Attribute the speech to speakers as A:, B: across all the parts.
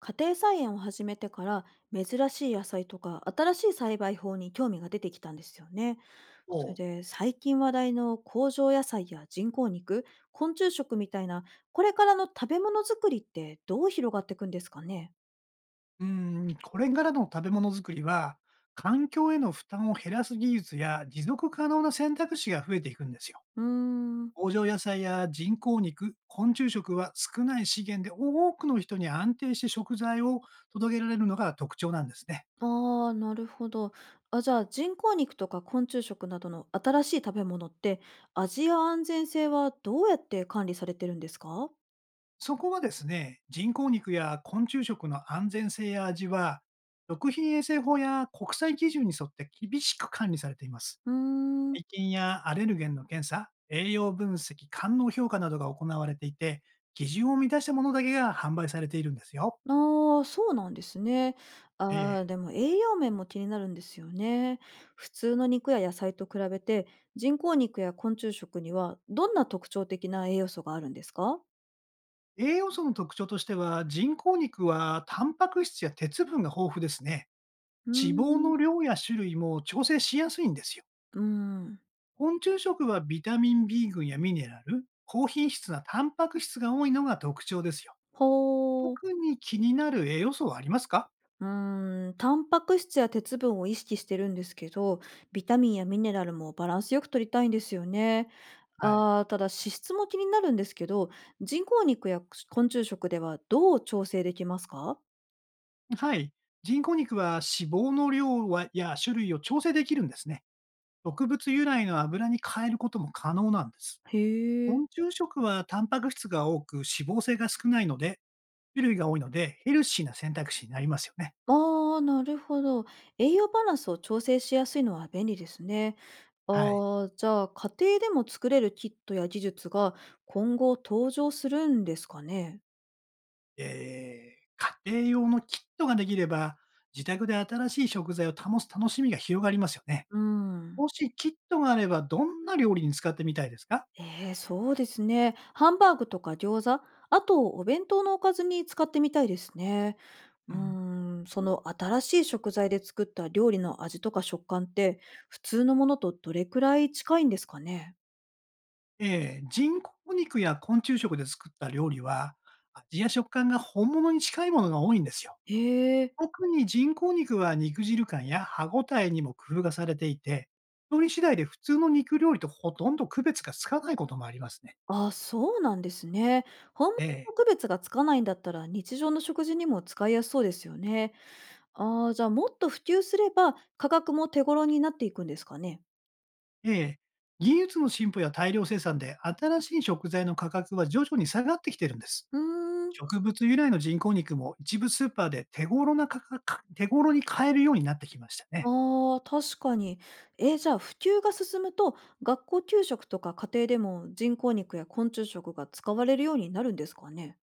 A: 家庭菜園を始めてから珍しい野菜とか新しい栽培法に興味が出てきたんですよね。それ
B: そう。
A: で最近話題の工場野菜や人工肉、昆虫食みたいなこれからの食べ物作りってどう広がっていくんですかね？
B: うーこれからの食べ物作りは、環境への負担を減らす技術や持続可能な選択肢が増えていくんですよ。
A: うーん。
B: 工場野菜や人工肉、昆虫食は少ない資源で多くの人に安定して食材を届けられるのが特徴なんですね。
A: ああ、なるほど。あ、じゃあ人工肉とか昆虫食などの新しい食べ物って味や安全性はどうやって管理されてるんですか？
B: そこはですね、人工肉や昆虫食の安全性や味は、食品衛生法や国際基準に沿って厳しく管理されています。
A: うーん。
B: 細菌やアレルゲンの検査、栄養分析、官能評価などが行われていて、基準を満たしたものだけが販売されているんですよ。
A: ああ、そうなんですね。
B: ええ、
A: ああ、でも栄養面も気になるんですよね。普通の肉や野菜と比べて、人工肉や昆虫食にはどんな特徴的な栄養素があるんですか？
B: 栄養素の特徴としては、人工肉はタンパク質や鉄分が豊富ですね。
A: うー
B: 脂肪
A: ん
B: の量や種類も調整しやすいんですよ。
A: うーん、
B: 昆虫食はビタミン B 群やミネラル、高品質なタンパク質が多いのが特徴ですよ。
A: ほう。
B: 特に気になる栄養素はありますか？
A: うーん、タンパク質や鉄分を意識してるんですけど、ビタミンやミネラルもバランスよく取りたいんですよね。
B: はい。
A: ああ、ただ脂質も気になるんですけど、人工肉や昆虫食ではどう調整できますか？
B: はい。人工肉は脂肪の量はや種類を調整できるんですね。植物由来の油に変えることも可能なんです。
A: へえ。
B: 昆虫食はタンパク質が多く脂肪性が少ないので、種類が多いのでヘルシーな選択肢になりますよね。
A: ああ、なるほど。栄養バランスを調整しやすいのは便利ですね。
B: はい。
A: ああ、じゃあ家庭でも作れるキットや技術が今後登場するんですかね？
B: 家庭用のキットができれば、自宅で新しい食材を保つ楽しみが広がりますよね。
A: うん。
B: もしキットがあれば、どんな料理に使ってみたいですか？
A: ええ、そうですね。ハンバーグとか餃子、あとお弁当のおかずに使ってみたいですね。
B: う
A: うー
B: ん。
A: その新しい食材で作った料理の味とか食感って、普通のものとどれくらい近いんですかね？
B: 人工肉や昆虫食で作った料理は、味や食感が本物に近いものが多いんですよ。
A: へえ。
B: 特に人工肉は肉汁感や歯ごたえにも工夫がされていて、調理次第で普通の肉料理とほとんど区別がつかないこともありますね。
A: あ、そうなんですね。本物
B: ええ、
A: の区別がつかないんだったら日常の食事にも使いやすそうですよね。ああ、じゃあもっと普及すれば価格も手頃になっていくんですかね。
B: ええ、技術の進歩や大量生産で新しい食材の価格は徐々に下がってきてるんです。
A: うーん。
B: 植物由来の人工肉も一部スーパーで手頃な価格、手頃に買えるようになってきましたね。
A: ああ、確かに。え、じゃあ普及が進むと学校給食とか家庭でも人工肉や昆虫食が使われるようになるんですかね。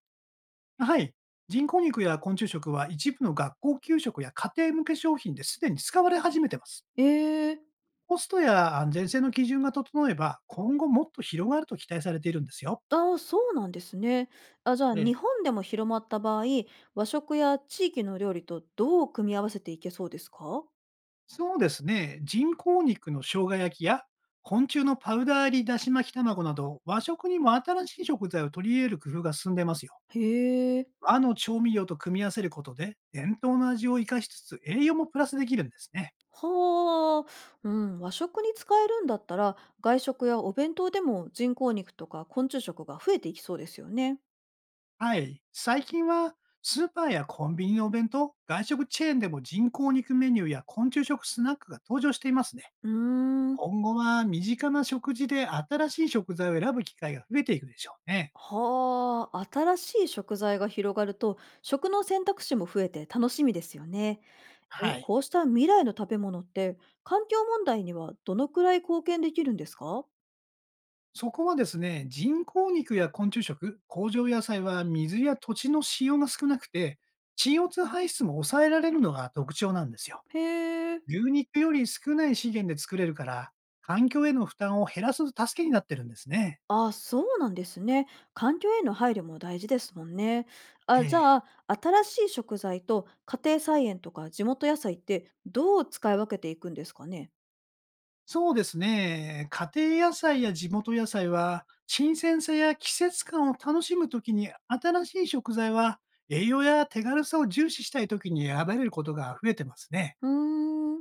B: はい。人工肉や昆虫食は一部の学校給食や家庭向け商品ですでに使われ始めてます。
A: ええ。
B: コストや安全性の基準が整えば、今後もっと広がると期待されているんですよ。
A: あ、そうなんですね。あ、じゃあ
B: え
A: 日
B: え。
A: 本でも広まった場合、和食や地域の料理とどう組み合わせていけそうですか？
B: そうですね。人工肉の生姜焼きや昆虫のパウダー入りだし巻き卵など、和食にも新しい食材を取り入れる工夫が進んでますよ。
A: へえ。
B: 和の調味料と組み合わせることで、伝統の味を生かしつつ栄養もプラスできるんですね。
A: はあ。うん、和食に使えるんだったら、外食やお弁当でも人工肉とか昆虫食が増えていきそうですよね。
B: はい。最近は、スーパーやコンビニのお弁当、外食チェーンでも人工肉メニューや昆虫食スナックが登場していますね。
A: うーん。
B: 今後は身近な食事で新しい食材を選ぶ機会が増えていくでしょうね。
A: はあ。新しい食材が広がると、食の選択肢も増えて楽しみですよね。
B: は
A: え、
B: い。
A: こうした未来の食べ物って、環境問題にはどのくらい貢献できるんですか？
B: そこはですね、人工肉や昆虫食、工場野菜は水や土地の使用が少なくて、c ツ2排出も抑えられるのが特徴なんですよ。
A: へえ。
B: 牛肉より少ない資源で作れるから、環境への負担を減らす助けになってるんですね。
A: あ、そうなんですね。環境への配慮も大事ですもんね。あ、じ
B: え
A: ゃ
B: え、
A: あ、新しい食材と家庭菜園とか地元野菜ってどう使い分けていくんですかね？
B: そうですね。家庭野菜や地元野菜は、新鮮さや季節感を楽しむときに、新しい食材は栄養や手軽さを重視したいときに選べることが増えてますね。
A: うー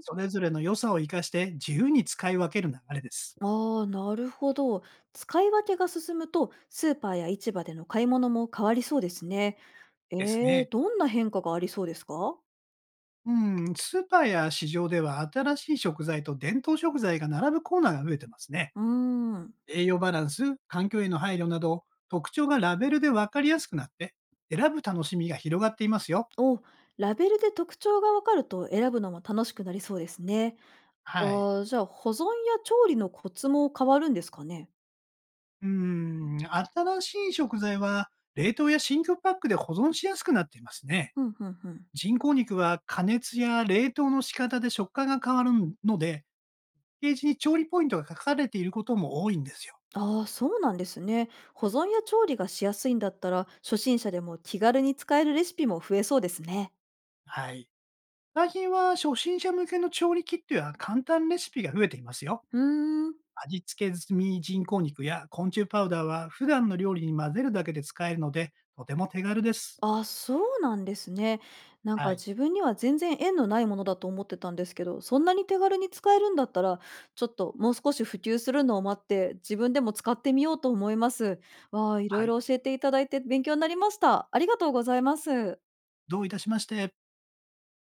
A: ん。
B: それぞれの良さを生かして自由に使い分ける流れです。
A: ああ、なるほど。使い分けが進むと、スーパーや市場での買い物も変わりそうですね。え
B: ですね。
A: どんな変化がありそうですか？
B: うん、スーパーや市場では新しい食材と伝統食材が並ぶコーナーが増えてますね。
A: うーん。
B: 栄養バランス、環境への配慮など、特徴がラベルで分かりやすくなって、選ぶ楽しみが広がっていますよ。
A: お、ラベルで特徴がわかると選ぶのも楽しくなりそうですね。
B: はい。
A: ああ、じゃあ、保存や調理のコツも変わるんですかね？
B: 新しい食材は冷凍や真空パックで保存しやすくなっていますね。
A: ふんふんふん。
B: 人工肉は加熱や冷凍の仕方で食感が変わるので、ページに調理ポイントが書かれていることも多いんですよ。
A: ああ、そうなんですね。保存や調理がしやすいんだったら、初心者でも気軽に使えるレシピも増えそうですね。
B: はい。最近は初心者向けの調理キットや簡単レシピが増えていますよ。
A: うーん。
B: 味付け済み人工肉や昆虫パウダーは普段の料理に混ぜるだけで使えるので、とても手軽です。
A: あ、そうなんですね。なんか
B: はい。
A: 自分には全然縁のないものだと思ってたんですけど、そんなに手軽に使えるんだったら、ちょっともう少し普及するのを待って、自分でも使ってみようと思います。わあ、い
B: は
A: ろい
B: い。
A: ろ教えていただいて勉強になりました。ありがとうございます。
B: どういたしまして。